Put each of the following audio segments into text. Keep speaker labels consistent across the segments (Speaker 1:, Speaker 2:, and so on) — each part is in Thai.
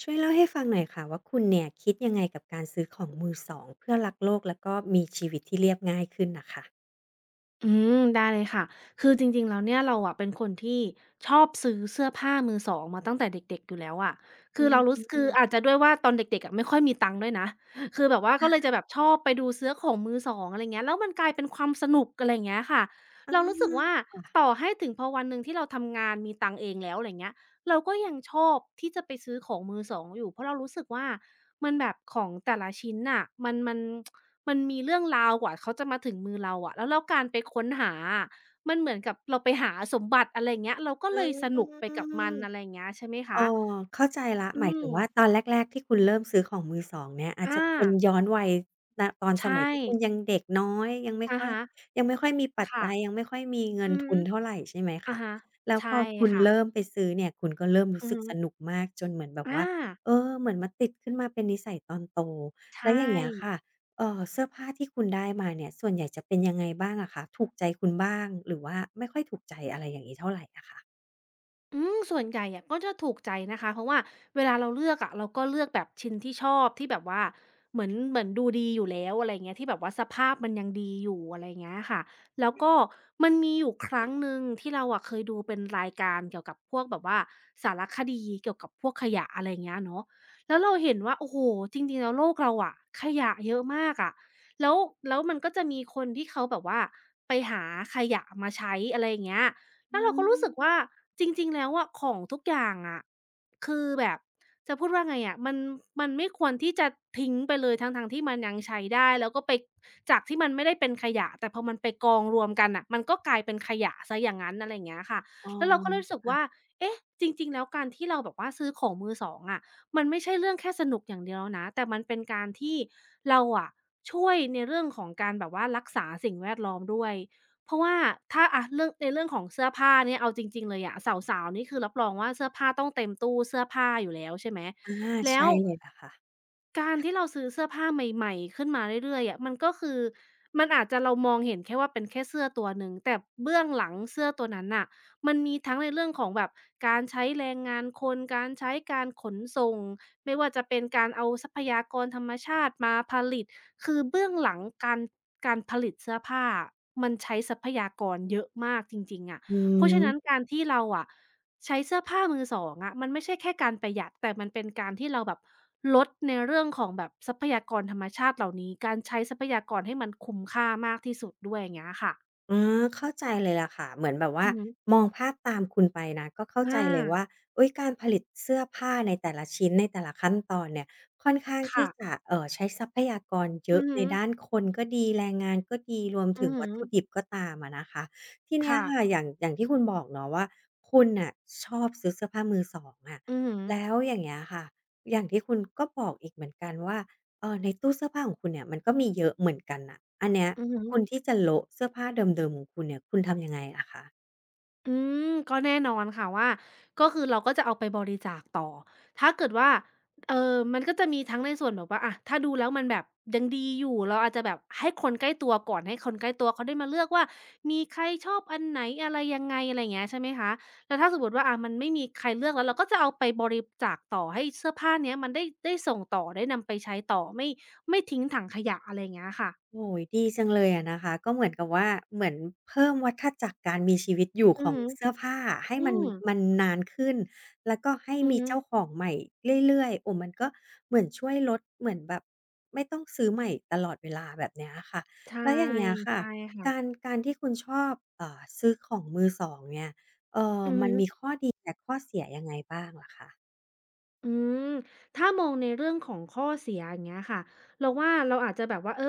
Speaker 1: ช่วยเล่าให้ฟังหน่อยค่ะว่าคุณเนี่ยคิดยังไงกับการซื้อของมือสองเพื่อรักโลกแล้วก็มีชีวิตที่เรียบง่ายขึ้นน่ะค่ะ
Speaker 2: อืได้เลยค่ะคือจริงๆแล้วเนี่ยเราอะเป็นคนที่ชอบซื้อเสื้อผ้ามือสองมาตั้งแต่เด็กๆอยู่แล้วอะ
Speaker 1: อื
Speaker 2: คือเรารู้สคือ
Speaker 1: ม
Speaker 2: อาจจะด้วยว่าตอนเด็กๆอะไม่ค่อยมีตังค์ด้วยนะ คือแบบว่าก็เลยจะแบบชอบไปดูเซื้อของมือสองอะไรเงี้ยแล้วมันกลายเป็นความสนุกอะไรอย่างเงี้ยค่ะ
Speaker 1: อา
Speaker 2: เรารู้สึกว่าต่อให้ถึงพอวันหนึ่งที่เราทำงานมีตังค์เองแล้วอะไรเงี้ย เราก็ยังชอบที่จะไปซื้อของมือสองอยู่เพราะเรารู้สึกว่ามันแบบของแต่ละชิ้นน่ะมันมีเรื่องราวกว่าเขาจะมาถึงมือเราอะแล้วการไปค้นหาอะมันเหมือนกับเราไปหาสมบัติอะไรอย่างเงี้ยเราก็
Speaker 1: อ
Speaker 2: เลยสนุกไปกับมันอะไร
Speaker 1: า
Speaker 2: อย่างเงี้ยใช่ไหมคะ
Speaker 1: อ๋อเข้าใจแล้วห
Speaker 2: อื
Speaker 1: มายถึ
Speaker 2: ม
Speaker 1: งว่าตอนแรกๆที่คุณเริ่มซื้อของมือ2เนี่ยอาจจะ
Speaker 2: อา
Speaker 1: เป็นย้อนวัยณตอนส
Speaker 2: ใช่
Speaker 1: มัยที่คุณยังเด็กน้อยยังไม่
Speaker 2: อะ
Speaker 1: ค่อย
Speaker 2: ฮะ
Speaker 1: ยังไม่ค่อยมีปัจ
Speaker 2: ค่ะ
Speaker 1: จัยยังไม่ค่อยมีเงิน
Speaker 2: อือ
Speaker 1: ทุ
Speaker 2: ฮึ
Speaker 1: นเท่าไรใช่ไหม
Speaker 2: อะ
Speaker 1: คะ
Speaker 2: ฮะ
Speaker 1: แล้วพอ
Speaker 2: ใช่
Speaker 1: คุณ
Speaker 2: ค่ะ
Speaker 1: เริ่มไปซื้อเนี่ยคุณก็เริ่มรู้
Speaker 2: อือ
Speaker 1: สึก
Speaker 2: ฮึ
Speaker 1: สนุกมากจนเหมือนแบบ
Speaker 2: อา
Speaker 1: ว่าเออเหมือนมาติดขึ้นมาเป็นนิสัยตอนโตแล้วอย่า
Speaker 2: ใช่
Speaker 1: งเงี้ยค่ะเสื้อผ้าที่คุณได้มาเนี่ยส่วนใหญ่จะเป็นยังไงบ้างอะคะถูกใจคุณบ้างหรือว่าไม่ค่อยถูกใจอะไรอย่างงี้เท่าไรอะคะ
Speaker 2: อืมส่วนใหญ่อะก็จะถูกใจนะคะเพราะว่าเวลาเราเลือกอะเราก็เลือกแบบชิ้นที่ชอบที่แบบว่าเหมือนดูดีอยู่แล้วอะไรเงี้ยที่แบบว่าสภาพมันยังดีอยู่อะไรเงี้ยค่ะแล้วก็มันมีอยู่ครั้งหนึ่งที่เราอะเคยดูเป็นรายการเกี่ยวกับพวกแบบว่าสารคดีเกี่ยวกับพวกขยะอะไรเงี้ยเนาะแล้วเราเห็นว่าโอ้โฮจริงๆแล้วโลกเราอะขยะเยอะมากอะแล้วแล้วมันก็จะมีคนที่เขาแบบว่าไปหาขยะมาใช้อะไรอย่างเงี้ย
Speaker 1: อื
Speaker 2: แล้วเราก็รู้สึก
Speaker 1: ม
Speaker 2: ว่าจริงๆแล้วอะของทุกอย่างอะคือแบบจะพูดว่าไงอะมันไม่ควรที่จะทิ้งไปเลยทั้งๆที่มันยังใช้ได้แล้วก็ไปจากที่มันไม่ได้เป็นขยะแต่พอมันไปกองรวมกันน่ะมันก็กลายเป็นขยะเสียอย่างงั้นอะไรอย่างเงี้ยค่ะ
Speaker 1: อ๋อ
Speaker 2: แล้วเราก็เลยรู้สึก
Speaker 1: ค่ะ
Speaker 2: ว่าเอ๊ะจริงๆแล้วการที่เราแบบว่าซื้อของมือสองอะมันไม่ใช่เรื่องแค่สนุกอย่างเดียวแล้วนะแต่มันเป็นการที่เราอะช่วยในเรื่องของการแบบว่ารักษาสิ่งแวดล้อมด้วย เพราะว่าถ้าอะเรื่องในเรื่องของเสื้อผ้าเนี่ยเอาจริงๆเลยอะสาวๆนี่คือรับรองว่าเสื้อผ้าต้องเต็มตู้เสื้อผ้าอยู่แล้วใช่ไหม
Speaker 1: อา
Speaker 2: แล้ว
Speaker 1: ใช่เลยล่ะค่ะ
Speaker 2: การที่เราซื้อเสื้อผ้าใหม่ๆขึ้นมาเรื่อยๆอะมันก็คือมันอาจจะเรามองเห็นแค่ว่าเป็นแค่เสื้อตัวหนึ่งแต่เบื้องหลังเสื้อตัวนั้นน่ะมันมีทั้งในเรื่องของแบบการใช้แรงงานคนการใช้การขนส่งไม่ว่าจะเป็นการเอาทรัพยากรธรรมชาติมาผลิตคือเบื้องหลังการผลิตเสื้อผ้าอะมันใช้ทรัพยากรเยอะมากจริงๆอะ
Speaker 1: อื
Speaker 2: เพราะฉะนั้น
Speaker 1: ม
Speaker 2: การที่เราอะ ใช้เสื้อผ้ามือสองอะมันไม่ใช่แค่การประหยัดแต่มันเป็นการที่เราแบบลดในเรื่องของแบบทรัพยากรธรรมชาติเหล่านี้การใช้ทรัพยากรให้มันคุ้มค่ามากที่สุดด้วยอย่างเงี้ยค่ะ
Speaker 1: อืมเข้าใจเลยล่ะค่ะเหมือนแบบ
Speaker 2: อื
Speaker 1: ว่า
Speaker 2: อฮึ
Speaker 1: มองภาพตามคุณไปนะก็เข้าใจ
Speaker 2: อา
Speaker 1: เลยว่าอุ๊ยการผลิตเสื้อผ้าในแต่ละชิ้นในแต่ละขั้นตอนเนี่ยค่อนข้างที่
Speaker 2: ค่ะ
Speaker 1: จะใช้ทรัพยากรเย
Speaker 2: อื
Speaker 1: อะ
Speaker 2: อ
Speaker 1: ใน
Speaker 2: ฮึ
Speaker 1: ด้านคนก็ดีแรงงานก็ดีรวม
Speaker 2: อื
Speaker 1: ถึ
Speaker 2: อ
Speaker 1: ง
Speaker 2: ฮึ
Speaker 1: วัตถุดิบก็ตามอะนะคะทีเนี้ย
Speaker 2: ค่ะ
Speaker 1: ค่ะอย่างอย่างที่คุณบอกเนาะว่าคุณน่ะชอบซื้อเสื้อผ้ามือสองอะ
Speaker 2: อือฮึ
Speaker 1: แล้วอย่างเงี้ยค่ะอย่างที่คุณก็บอกอีกเหมือนกันว่า ในตู้เสื้อผ้าของคุณเนี่ยมันก็มีเยอะเหมือนกันน่ะอันเนี้ย
Speaker 2: อือ
Speaker 1: พ
Speaker 2: ฮึ
Speaker 1: อคุณที่จะโละเสื้อผ้าเดิมๆของคุณเนี่ยคุณทำยังไงอะคะ
Speaker 2: อืมก็แน่นอนค่ะว่าก็คือเราก็จะเอาไปบริจาคต่อถ้าเกิดว่ามันก็จะมีทั้งในส่วนแบบว่าอะถ้าดูแล้วมันแบบยังดีอยู่เราอาจจะแบบให้คนใกล้ตัวก่อนให้คนใกล้ตัวเขาได้มาเลือกว่ามีใครชอบอันไหนอะไรยังไงอะไรอย่างเงี้ยใช่ไหมคะแล้วถ้าสมมุติว่าอะมันไม่มีใครเลือกแล้วเราก็จะเอาไปบริจาคต่อให้เสื้อผ้าเนี้ยมันได้ส่งต่อได้นำไปใช้ต่อไม่ทิ้งถังขยะอะไรอย่างเงี้ยค่ะ
Speaker 1: โอ้โฮดีจังเลยอะนะคะก็เหมือนกับว่าเหมือนเพิ่มวัฏจักรการมีชีวิตอยู่
Speaker 2: อื
Speaker 1: ข
Speaker 2: อ
Speaker 1: อง
Speaker 2: ฮึ
Speaker 1: เสื้อผ้าให้
Speaker 2: อื
Speaker 1: มัน
Speaker 2: ม
Speaker 1: นานขึ้นแล้วก็ให้
Speaker 2: อือ
Speaker 1: มี
Speaker 2: ฮึ
Speaker 1: เจ้าของใหม่เรื่อยๆโอ้มันก็เหมือนช่วยลดเหมือนแบบไม่ต้องซื้อใหม่ตลอดเวลาแบบเนี้ยอะค่ะ
Speaker 2: ใช่
Speaker 1: แล้วอย่างเงี้ยค่ะ
Speaker 2: ใช่
Speaker 1: การ
Speaker 2: ค่ะ
Speaker 1: การที่คุณชอบซื้อของมือสองเนี่ย
Speaker 2: อือ
Speaker 1: มัน
Speaker 2: ฮึ
Speaker 1: มีข้อดีและข้อเสียยังไงบ้างเหรอคะ
Speaker 2: อืมถ้ามองในเรื่องของข้อเสียอย่างเงี้ยค่ะเราว่าเราอาจจะแบบว่าเออ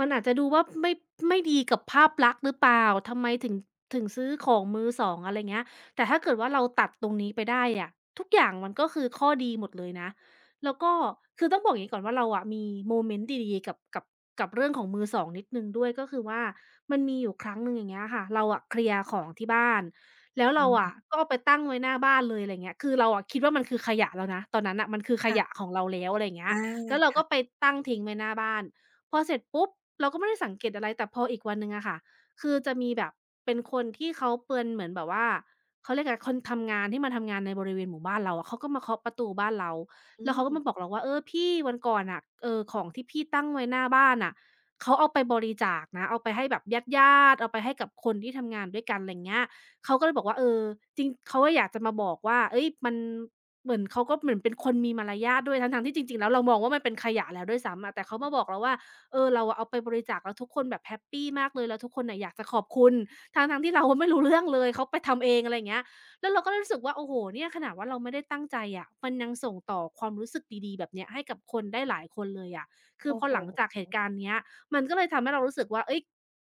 Speaker 2: มันอาจจะดูว่าไม่ดีกับภาพลักษณ์หรือเปล่าทำไมถึงซื้อของมือ2องอะไรเงี้ยแต่ถ้าเกิดว่าเราตัดตรงนี้ไปได้อะทุกอย่างมันก็คือข้อดีหมดเลยนะแล้วก็คือต้องบอกอย่างงี้ก่อนว่าเราอะมีโมเมนต์ดีๆกับเรื่องของมือสองนิดหนึ่งด้วยก็คือว่ามันมีอยู่ครั้งหนึ่งอย่างเงี้ยค่ะเราอะเคลียร์ของที่บ้าน แล้วเรา
Speaker 1: อื
Speaker 2: อะ
Speaker 1: ม
Speaker 2: ก็เอาไปตั้งไว้หน้าบ้านเลยอะไรเงี้ยคือเราอะคิดว่ามันคือขยะแล้วนะตอนนั้นน่ะมันคือข
Speaker 1: ค่ะ
Speaker 2: ยะของเราแล้วอะไรเงี้ย
Speaker 1: อา
Speaker 2: แล้วเราก็
Speaker 1: ค่ะ
Speaker 2: ไปตั้งทิ้งไว้หน้าบ้านพอเสร็จปุ๊บเราก็ไม่ได้สังเกตอะไรแต่พออีกวันหนึ่งอะค่ะคือจะมีแบบเป็นคนที่เขาเป็นเหมือนแบบว่าเขาเรียกอะไรคนทำงานที่มาทำงานในบริเวณหมู่บ้านเราอะเขาก็มาเคาะประตูบ้านเรา
Speaker 1: อื
Speaker 2: แล้วเขา
Speaker 1: ม
Speaker 2: ก็มาบอกเราว่าเออพี่วันก่อนน่ะของที่พี่ตั้งไว้หน้าบ้านน่ะเขาเอาไปบริจาคนะเอาไปให้แบบญาติๆเอาไปให้กับคนที่ทำงานด้วยกันไรเงี้ย เขาก็เลยบอกว่าเออจริงเขาก็อยากจะมาบอกว่าเฮ้ยมันเหมือนเขาก็เหมือนเป็นคนมีมารยาทด้วยทั้งๆที่จริงๆแล้วเรามองว่ามันเป็นขยะแล้วด้วยซ้ำอะแต่เขามาบอกเราว่าเออเราอะเอาไปบริจาคแล้วทุกคนแบบแฮปปีมากเลยแล้วทุกคนน่ะอยากจะขอบคุณทั้งๆที่เราอะไม่รู้เรื่องเลยเขาไปทำเองอะไรอย่างเงี้ยแล้วเราก็เลยรู้สึกว่าโอ้โฮเนี่ยขนาดว่าเราไม่ได้ตั้งใจอะมันยังส่งต่อความรู้สึกดีๆแบบเนี้ยให้กับคนได้หลายคนเลยอะคือ
Speaker 1: โอ้
Speaker 2: พอ
Speaker 1: โฮ
Speaker 2: หลังจากเหตุการณ์เนี้ยมันก็เลยทำให้เรารู้สึกว่าเฮ้ย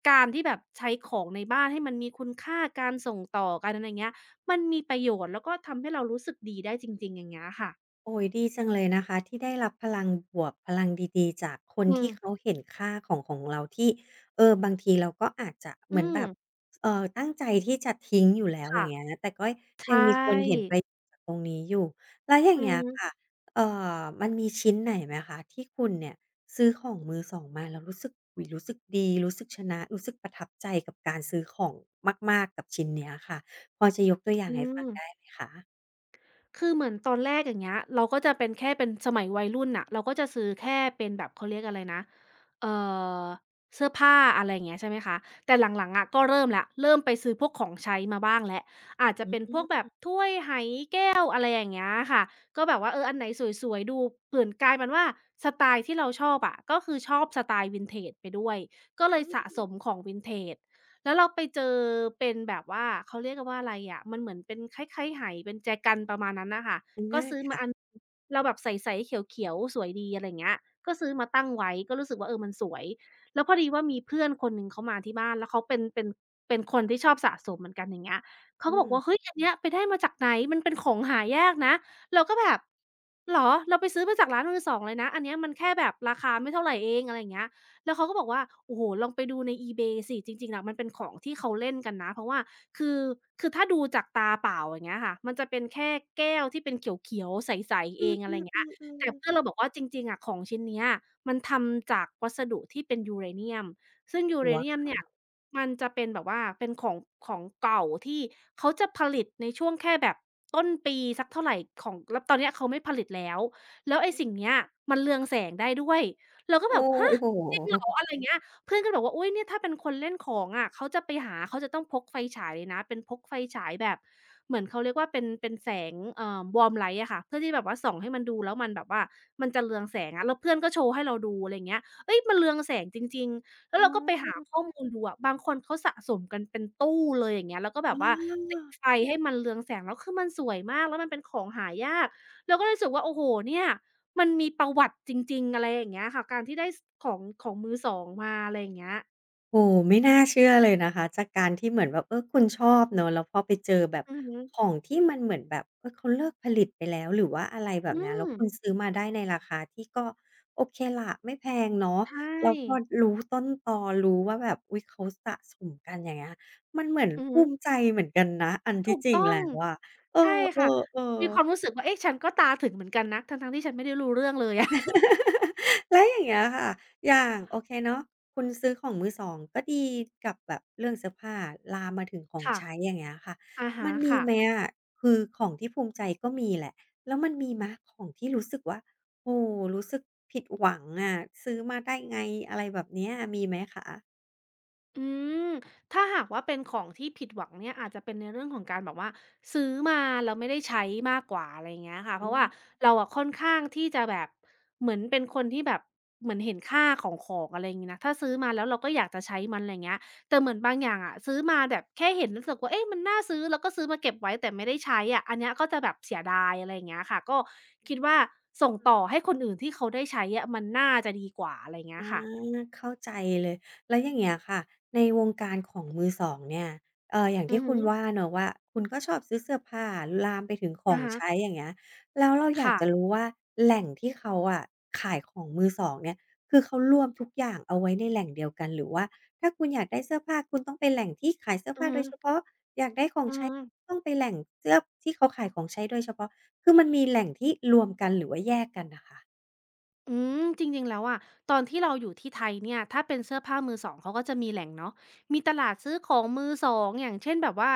Speaker 2: การที่แบบใช้ของในบ้านให้มันมีคุณค่าการส่งต่อกันอะไรเงี้ยมันมีประโยชน์แล้วก็ทำให้เรารู้สึกดีได้จริงๆอย่างเงี้ยค่ะ
Speaker 1: โอ้ยดีจังเลยนะคะที่ได้รับพลังบวกพลังดีๆจากคน
Speaker 2: อืม
Speaker 1: ที่เขาเห็นค่าของของเราที่เออบางทีเราก็อาจจะเหมื
Speaker 2: อื
Speaker 1: อนแบ
Speaker 2: ม
Speaker 1: บตั้งใจที่จะทิ้งอยู่แล้วอ
Speaker 2: ค่ะ
Speaker 1: ย่างเงี้ยแต่ก็ยั
Speaker 2: ใช่
Speaker 1: งมีคนเห็นประโยชน์จากตรงนี้อยู่แล้วอย่า
Speaker 2: อื
Speaker 1: ง
Speaker 2: อ
Speaker 1: เงี้ยค่ะ
Speaker 2: ฮึ
Speaker 1: เอ่อมันมีชิ้นไหนไหมคะที่คุณเนี่ยซื้อของมือสองมาแล้วรู้สึกอุ๊ยรู้สึกดีรู้สึกชนะรู้สึกประทับใจกับการซื้อของมากๆกับชิ้นเนี้ยค่ะพอจะยกตัวอย่าง
Speaker 2: อื
Speaker 1: ให้ฟั
Speaker 2: ม
Speaker 1: งได้ไหมคะ
Speaker 2: คือเหมือนตอนแรกอย่างเงี้ยเราก็จะเป็นแค่เป็นสมัยวัยรุ่นน่ะเราก็จะซื้อแค่เป็นแบบเขาเรียกอะไรนะเอ่อเสื้อผ้าอะไรอย่างเงี้ยใช่ไหมคะแต่หลังๆอะก็เริ่มแล้วเริ่มไปซื้อพวกของใช้มาบ้างแล้วอาจจะ
Speaker 1: อืม
Speaker 2: เป็น
Speaker 1: อื
Speaker 2: พวกแบ
Speaker 1: ม
Speaker 2: บถ้วยไห วอะไรอย่างเงี้ยค่ะก็แบบว่าเอออันไหนสวยๆดูเปลี่ยนกลายเป็นว่าสไตล์ที่เราชอบอะก็คือชอบสไตล์ Vintage ไปด้วยก็เลยสะสมของ Vintage แล้วเราไปเจอเป็นแบบว่าเขาเรียกกันว่าอะไรอะมันเหมือนเป็นคล้ายๆไหเป็นแจกันประมาณนั้นน่ะค่ะ
Speaker 1: อา
Speaker 2: ก็ซื้อมา
Speaker 1: ค่ะ
Speaker 2: อันเราแบบใสๆเขียวๆสวยดีอะไรอย่างเงี้ยก็ซื้อมาตั้งไว้ก็รู้สึกว่าเออมันสวยแล้วพอดีว่ามีเพื่อนคนหนึ่งเขามาที่บ้านแล้วเขาเป็นคนที่ชอบสะสมเหมือนกันอย่างเงี้ย เขา
Speaker 1: อื
Speaker 2: ก็บอกว่า
Speaker 1: ม
Speaker 2: เฮ้ยอันเนี้ยไปได้มาจากไหนมันเป็นของหายากนะเราก็แบบเหรอเราไปซื้อมาจากร้านมือสองเลยนะอันเนี้ยมันแค่แบบราคาไม่เท่าไรเองอะไรอย่างเงี้ยแล้วเขาก็บอกว่าโอ้โฮลองไปดูใน eBay สิจริงๆอะมันเป็นของที่เขาเล่นกันนะเพราะว่าคือคือถ้าดูจากตาเปล่าอย่างเงี้ยค่ะมันจะเป็นแค่แก้วที่เป็นเขียวๆใสๆ
Speaker 1: อื
Speaker 2: เองอะไรอย่างเงี้ย
Speaker 1: อ
Speaker 2: แต่
Speaker 1: ๆ
Speaker 2: เพื่อน
Speaker 1: ๆ
Speaker 2: เราบอกว่าจริงๆอะของชิ้นเนี้ยมันทำจากวัสดุที่เป็นยูเรเนียมซึ่งยูเร
Speaker 1: ว้า
Speaker 2: เนียม
Speaker 1: ว
Speaker 2: เนี่ย มันจะเป็นแบบว่าเป็นของของเก่าที่เขาจะผลิตในช่วงแค่แบบต้นปีสักเท่าไรของแล้วตอนเนี้ยเขาไม่ผลิตแล้วแล้วไอ้
Speaker 1: อื
Speaker 2: สิ่งเนี้ยมันเรืองแสงได้ด้วยเราก็แบ
Speaker 1: โอ้
Speaker 2: บฮะ
Speaker 1: โ
Speaker 2: จริงเหรอ
Speaker 1: ฮ
Speaker 2: อะไรอย่างเงี้ยเพื่อนก็บอกว่าอุ๊ยเนี่ยถ้าเป็นคนเล่นของอะเขาจะไปหาเขาจะต้องพกไฟฉายเลยนะเป็นพกไฟฉายแบบเหมือนเขาเรียกว่าเป็นแสงwarm light อะค่ะเพื่อที่แบบว่าส่องให้มันดูแล้วมันแบบว่ามันจะเรืองแสงอะแล้วเพื่อนก็โชว์ให้เราดูอะไรอย่างเงี้ยเฮ้ยมันเรืองแสงจริงๆ แล้
Speaker 1: อ๋
Speaker 2: วเราก็ไป
Speaker 1: อ
Speaker 2: หาข้อมูลดูอะบางคนเขาสะสมกันเป็นตู้เลยอย่างเงี้ยแล้วก็แบ
Speaker 1: อ
Speaker 2: บว่าติด
Speaker 1: า
Speaker 2: ไฟให้มันเรืองแสงแล้วคือมันสวยมากแล้วมันเป็นของหายากเราก็เลยรู้สึกว่าโอ้โฮเนี่ยมันมีประวัติจริงๆอะไรอย่างเงี้ยค่ะการที่ได้สของของมือสองมาอะไรอย่างเงี้ย
Speaker 1: โอ้โฮไม่น่าเชื่อเลยนะคะจากการที่เหมือนแบบเออคุณชอบเนาะแล้วพอไปเจอแบบ
Speaker 2: อือฮึ
Speaker 1: ของที่มันเหมือนแบบเออเขาเลิกผลิตไปแล้วหรือว่าอะไรแบบ
Speaker 2: อื
Speaker 1: เนี้ยแล้ว
Speaker 2: ม
Speaker 1: คุณซื้อมาได้ในราคาที่ก็โอเคล่ะไม่แพงเนาะ
Speaker 2: ใช่
Speaker 1: แล้วพอรู้ต้นตอรู้ว่าแบบอุ๊ยเขาสะสมกันอย่างเงี้ยมันเหมือน
Speaker 2: อือ
Speaker 1: ภู
Speaker 2: ฮึ
Speaker 1: มิใจเหมือนกันนะอันที่
Speaker 2: ถูก
Speaker 1: จริง
Speaker 2: ต้อง
Speaker 1: แล้วอะเอ
Speaker 2: ใช่ค่ะ
Speaker 1: อ
Speaker 2: มีควา
Speaker 1: ๆ
Speaker 2: ม
Speaker 1: ๆ
Speaker 2: รู้สึกว่าเอ๊ะฉันก็ตาถึงเหมือนกันนะทั้งๆที่ฉันไม่ได้รู้เรื่องเลย อะ
Speaker 1: แล้วอย่างเงี้ยค่ะอย่างโอเคเนาะคุณซื้อของมือสองก็ดีกับแบบเรื่องเสื้อผ้าลามมาถึงของ
Speaker 2: ค่ะ
Speaker 1: ใช้อย่างเงี้ยค่ะ
Speaker 2: อะฮะ
Speaker 1: มันมี
Speaker 2: ค่ะ
Speaker 1: ไหมอะคือของที่ภูมิใจก็มีแหละ แล้วมันมีไหมของที่รู้สึกว่าโอ้รู้สึกผิดหวังอะซื้อมาได้ไง อะไรแบบเนี้ยมีไหมคะ
Speaker 2: อืมถ้าหากว่าเป็นของที่ผิดหวังเนี่ยอาจจะเป็นในเรื่องของการแบบว่าซื้อมาแล้วไม่ได้ใช้มากกว่าอะไรอย่างเงี้ยค่ะเพ
Speaker 1: อื
Speaker 2: ราะ
Speaker 1: ม
Speaker 2: ว่าเราอะค่อนข้างที่จะแบบเหมือนเป็นคนที่แบบเหมือนเห็นค่าของของอะไรอย่างงี้นะถ้าซื้อมาแล้วเราก็อยากจะใช้มันอะไรเงี้ยแต่เหมือนบางอย่างอะซื้อมาแบบแค่เห็นรู้สึกว่าเอ๊ะมันน่าซื้อแล้วก็ซื้อมาเก็บไว้แต่ไม่ได้ใช้อะอันเนี้ยก็จะแบบเสียดายอะไรอย่างเงี้ยค่ะก็คิดว่าส่งต่อให้คนอื่นที่เขาได้ใช้อะมันน่าจะดีกว่าอะไรเงี้ย
Speaker 1: อา
Speaker 2: ค่ะ
Speaker 1: เข้าใจเลยแล้วอย่างเงี้ยค่ะในวงการของมือสองเนี่ยอย่าง
Speaker 2: อื
Speaker 1: ที่
Speaker 2: อฮึ
Speaker 1: คุณว่าเนาะว่าคุณก็ชอบซื้อเสื้อผ้าลามไปถึงขอ
Speaker 2: อะ
Speaker 1: ง
Speaker 2: ฮะ
Speaker 1: ใช้อย่างเงี้ยแล้วเราอยาก
Speaker 2: ค่ะ
Speaker 1: จะรู้ว่าแหล่งที่เขาอะขายของมือสองเนี่ยคือเขารวมทุกอย่างเอาไว้ในแหล่งเดียวกันหรือว่าถ้าคุณอยากได้เสื้อผ้าคุณต้องไปแหล่งที่ขายเสื้อ
Speaker 2: อือ
Speaker 1: ผ้าโด
Speaker 2: ฮึ
Speaker 1: ยเฉพาะอยากได้ของ
Speaker 2: อา
Speaker 1: ใช้ต้องไปแหล่งเสื้อที่เขาขายของใช้โดยเฉพาะคือมันมีแหล่งที่รวมกันหรือว่าแยกกันน่ะค่ะ
Speaker 2: อืจริงๆแล้วอะตอนที่เราอยู่ที่ไทยเนี่ยถ้าเป็นเสื้อผ้ามือสองเขาก็จะมีแหล่งเนาะมีตลาดซื้อของมือสองอย่างเช่นแบบว่า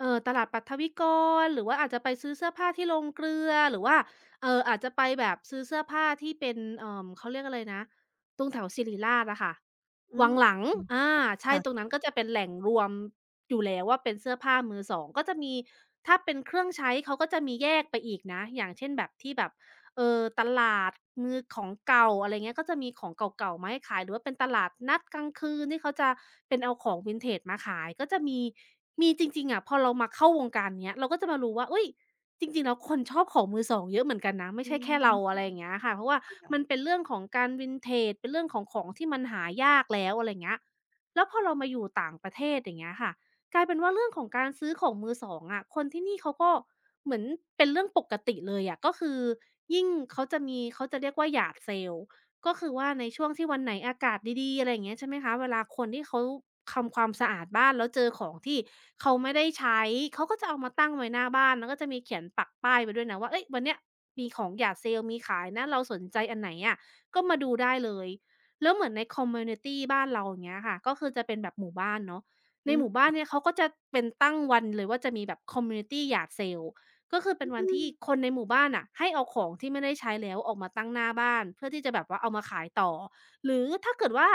Speaker 2: ตลาดปัทวิกรหรือว่าอาจจะไปซื้อเสื้อผ้าที่โรงเกลือหรือว่าอาจจะไปแบบซื้อเสื้อผ้าที่เป็นเขาเรียกอะไรนะตรงแถวศิริราชอะค่ะ
Speaker 1: อื
Speaker 2: วั
Speaker 1: ม
Speaker 2: งหลัง
Speaker 1: ๆ
Speaker 2: อา
Speaker 1: ๆ
Speaker 2: ใช่
Speaker 1: ค่ะ
Speaker 2: ตรงนั้นก็จะเป็นแหล่งรวมอยู่แล้วว่าเป็นเสื้อผ้ามือสองก็จะมีถ้าเป็นเครื่องใช้ เขาก็จะมีแยกไปอีกนะอย่างเช่นแบบที่แบบตลาดมือของเก่าอะไรเงี้ยก็จะมีของเก่าๆมาให้ขายหรือว่าเป็นตลาดนัดกลางคืนที่เขาจะเป็นเอาของ Vintage มาขายก็จะมีมีจริงๆอะพอเรามาเข้าวงการเนี้ยเราก็จะมารู้ว่าอุ๊ย จริงๆแล้วคนชอบของมือสองเยอะเหมือนกันนะไม่
Speaker 1: อื
Speaker 2: ใช่แค่เราอะไรอ
Speaker 1: ม
Speaker 2: ย่างเงี้ยค่ะเพราะว่ามัน
Speaker 1: อ
Speaker 2: เป็นเรื่องของการ Vintage เป็นเรื่องของของที่มันหายากแล้วอะไรอย่างเงี้ยแล้วพอเรามาอยู่ต่างประเทศอย่างเงี้ยค่ะกลายเป็นว่าเรื่องของการซื้อของมือสองอะคนที่นี่เขาก็เหมือนเป็นเรื่องปกติเลยอะก็คือยิ่งเขาจะมีเขาจะเรียกว่า yard sale ก็คือว่าในช่วงที่วันไหนอากาศดีๆอะไรอย่างเงี้ยใช่ไหมคะเวลาคนที่เขาทำความสะอาดบ้านแล้วเจอของที่เขาไม่ได้ใช้เขาก็จะเอามาตั้งไว้หน้าบ้านแล้วก็จะมีเขียนปักป้ายไว้ด้วยนะว่าเฮ้ยวันเนี้ยมีของอย่าเซลมีขายนะเราสนใจอันไหนอะก็มาดูได้เลยแล้วเหมือนในคอมมิวนิตีบ้านเราอย่างเงี้ยค่ะก็คือจะเป็นแบบหมู่บ้านเนาะใน
Speaker 1: ื
Speaker 2: หมู่
Speaker 1: ม
Speaker 2: บ้านเนี่ยเขาก็จะเป็นตั้งวันเลยว่าจะมีแบบคอมมิวนิตีหยาดเซล ก็คือเป็นวันที่คนในหมู่บ้านน่ะให้เอาของที่ไม่ได้ใช้แล้วออกมาตั้งหน้าบ้านเพื่อที่จะแบบว่าเอามาขายต่อหรือถ้าเกิดว่า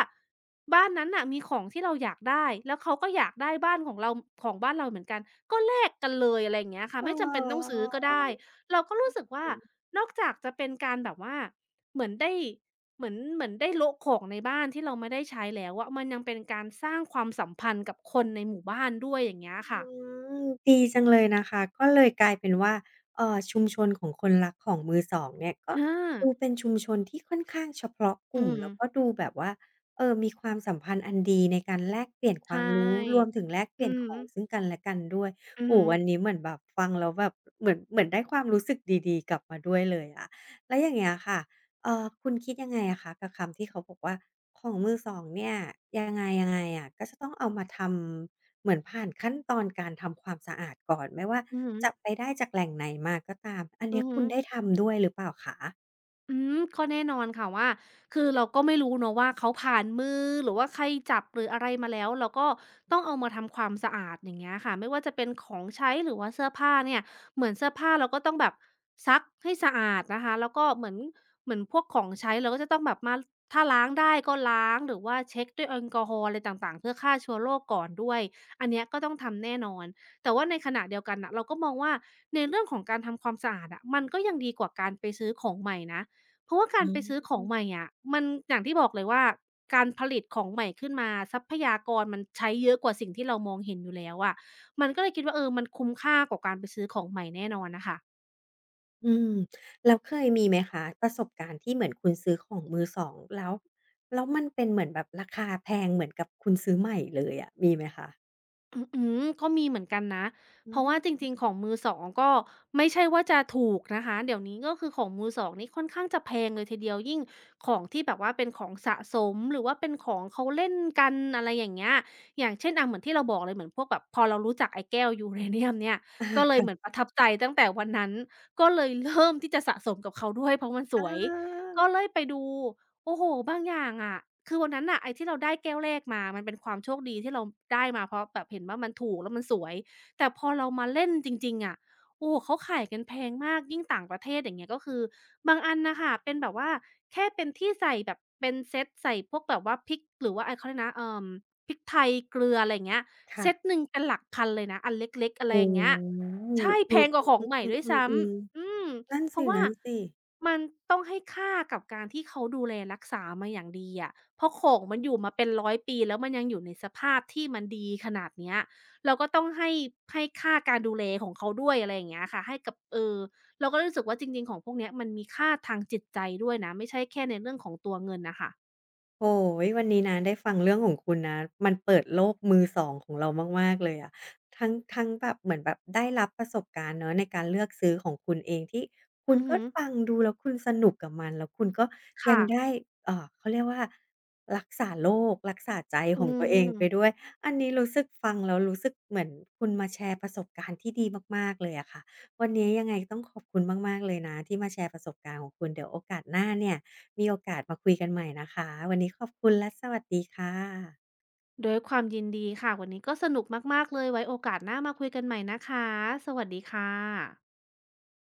Speaker 2: บ้านนั้นน่ะมีของที่เราอยากได้แล้วเขาก็อยากได้บ้านของเราของบ้านเราเหมือนกันก็แลกกันเลยอะไรอย่างเงี้ยค่ะไม่จำเป็นต้อง
Speaker 1: ออ
Speaker 2: ซื้อก็ได้เราก็รู้สึกว่า
Speaker 1: อ
Speaker 2: นอกจากจะเป็นการแบบว่าเหมือนได้เหมือนได้โละของในบ้านที่เราไม่ได้ใช้แล้วอะมันยังเป็นการสร้างความสัมพันธ์กับคนในหมู่บ้านด้วยอย่างเงี้ย
Speaker 1: อื
Speaker 2: ค่ะ
Speaker 1: มดีจังเลยนะคะก็เลยกลายเป็นว่าชุมชนของคนรักของมือสองเนี่ยก็
Speaker 2: อา
Speaker 1: ดูเป็นชุมชนที่ค่อนข้างเฉพาะก
Speaker 2: อื
Speaker 1: ลุ่ม
Speaker 2: ม
Speaker 1: แล้วก็ดูแบบว่ามีความสัมพันธ์อันดีในการแลกเปลี่ยนควา
Speaker 2: ใช่
Speaker 1: มรู้รวมถึงแลกเป
Speaker 2: อื
Speaker 1: ลี่ยน
Speaker 2: อ
Speaker 1: ขอ
Speaker 2: ฮึ
Speaker 1: งซึ่งกันและกันด้วย
Speaker 2: อือ
Speaker 1: โอ้โฮ
Speaker 2: ฮึ
Speaker 1: วันนี้เหมือนแบบฟังแล้วแบบเหมือนได้ความรู้สึกดีๆกลับมาด้วยเลยอะแล้วอย่างเงี้ยค่ะคุณคิดยังไงอะคะกับคำที่เขาบอกว่าของมือสองเนี่ยยังไงยังไงอะก็จะต้องเอามาทำ เหมือนผ่านขั้นตอนการทำความสะอาดก่อนไม่ว่า
Speaker 2: อือฮึ
Speaker 1: จะไปได้จากแหล่งไหนมาก็ตามอัน
Speaker 2: อื
Speaker 1: เนี้ย
Speaker 2: อฮึ
Speaker 1: คุณได้ทำด้วยหรือเปล่าคะ
Speaker 2: ก็แน่นอนค่ะว่าคือเราก็ไม่รู้เนาะว่าเขาผ่านมือหรือว่าใครจับหรืออะไรมาแล้วเราก็ต้องเอามาทำความสะอาดอย่างเงี้ยค่ะไม่ว่าจะเป็นของใช้หรือว่าเสื้อผ้าเนี่ยเหมือนเสื้อผ้าเราก็ต้องแบบซักให้สะอาดนะคะแล้วก็เหมือนพวกของใช้เราก็จะต้องแบบมาถ้าล้างได้ก็ล้างหรือว่าเช็กด้วยแอลกอฮอล์อะไรต่างๆเพื่อฆ่าเชื้อโรคก่อนด้วยอันเนี้ยก็ต้องทำแน่นอนแต่ว่าในขณะเดียวกันน่ะเราก็มองว่าในเรื่องของการทำความสะอาดอะมันก็ยังดีกว่าการไปซื้อของใหม่นะ เพราะว่ากา
Speaker 1: อื
Speaker 2: รไปซื้อของให
Speaker 1: ม
Speaker 2: ม่อะมันอย่างที่บอกเลยว่าการผลิตของใหม่ขึ้นมาทรัพยากรมันใช้เยอะกว่าสิ่งที่เรามองเห็นอยู่แล้วอะมันก็เลยคิดว่าเออมันคุ้มค่ากว่าการไปซื้อของใหม่แน่นอนน่ะค่ะ
Speaker 1: อืมแล้วเคยมีไหมคะประสบการณ์ที่เหมือนคุณซื้อของมือสองแล้วแล้วมันเป็นเหมือนแบบราคาแพงเหมือนกับคุณซื้อใหม่เลยอะมีไหมคะ
Speaker 2: อื้อือก็มีเหมือนกันนะ
Speaker 1: อื
Speaker 2: เพราะว่า
Speaker 1: ม
Speaker 2: จริงๆของมือสองก็ไม่ใช่ว่าจะถูกนะคะเดี๋ยวนี้ก็คือของมือสองนี่ค่อนข้างจะแพงเลยทีเดียวยิ่งของที่แบบว่าเป็นของสะสมหรือว่าเป็นของเขาเล่นกันอะไรอย่างเงี้ยอย่างเช่นอะเหมือนที่เราบอกเลยเหมือนพวกแบบพอเรารู้จักไอ้แก้วยูเรเนียมเนี่ย
Speaker 1: อา
Speaker 2: ก็เลยเหมือน
Speaker 1: ค่ะ
Speaker 2: ประทับใจตั้งแต่วันนั้นก็เลยเริ่มที่จะสะสมกับเขาด้วยเพราะมันส
Speaker 1: อา
Speaker 2: วยก็เลยไปดู โอ้โฮบางอย่างอะคือวันนั้นน่ะไอ้ที่เราได้แก้วแรกมามันเป็นความโชคดีที่เราได้มา เพราะแบบเห็นว่ามันถูกแล้วมันสวย แต่พอเรามาเล่นจริงๆอะโอ้โฮเขาขายกันแพงมากยิ่งต่างประเทศอย่างเงี้ยก็คือบางอันน่ะค่ะเป็นแบบว่าแค่เป็นที่ใส่แบบเป็นเซตใส่พวกแบบว่าพริก หรือว่าไอ้เขาเรียกนะพริกไทยเกลืออะไรอย่างเงี้ยเซ
Speaker 1: ค่ะ
Speaker 2: ตหนึ่งเป็นหลักพันเลยนะอันเล็กๆอะไร
Speaker 1: โอ้
Speaker 2: อย่างเงี้ย
Speaker 1: โฮ
Speaker 2: ใช่
Speaker 1: เอ
Speaker 2: แพงกว่าของใหม่ด้วยซ้
Speaker 1: ือๆๆ
Speaker 2: ำอืม
Speaker 1: ๆๆๆนั่น
Speaker 2: เพ
Speaker 1: ส
Speaker 2: ราะว่า
Speaker 1: ิๆ
Speaker 2: มันต้องให้ค่ากับการที่เขาดูแลรักษามาอย่างดีอะเพราะของมันอยู่มาเป็น100ปีแล้วมันยังอยู่ในสภาพที่มันดีขนาดเนี้ยเราก็ต้องให้ให้ค่าการดูแลของเขาด้วยอะไรอย่างเงี้ยค่ะให้กับเราก็รู้สึกว่าจริงๆของพวกเนี้ยมันมีค่าทางจิตใจด้วยนะไม่ใช่แค่ในเรื่องของตัวเงินน่ะค่ะ
Speaker 1: โอ้โฮวันนี้นะได้ฟังเรื่องของคุณนะมันเปิดโลกมือสองของเรามากๆเลยอะทั้งแบบเหมือนแบบได้รับประสบการณ์เนาะในการเลือกซื้อของคุณเองที่คุณ
Speaker 2: อือ
Speaker 1: ก็
Speaker 2: ฮึ
Speaker 1: ฟังดูแล้วคุณสนุกกับมันแล้วคุณก็ยัง
Speaker 2: ค่ะ
Speaker 1: ได้เขาเรียกว่ารักษาโลกรักษาใจ
Speaker 2: อื
Speaker 1: ของตัวเองไปด้วย
Speaker 2: ม
Speaker 1: อันนี้รู้สึกฟังแล้วรู้สึกเหมือนคุณมาแชร์ประสบการณ์ที่ดีมากๆเลยอะค่ะวันนี้ยังไงต้องขอบคุณมากๆเลยนะที่มาแชร์ประสบการณ์ของคุณเดี๋ยวโอกาสหน้าเนี่ย มีโอกาสมาคุยกันใหม่นะคะวันนี้ขอบคุณและสวัสดีค่ะ
Speaker 2: ด้วยความยินดีค่ะวันนี้ก็สนุกมากๆเลยไว้โอกาสหน้ามาคุยกันใหม่นะคะสวัสดีค่ะ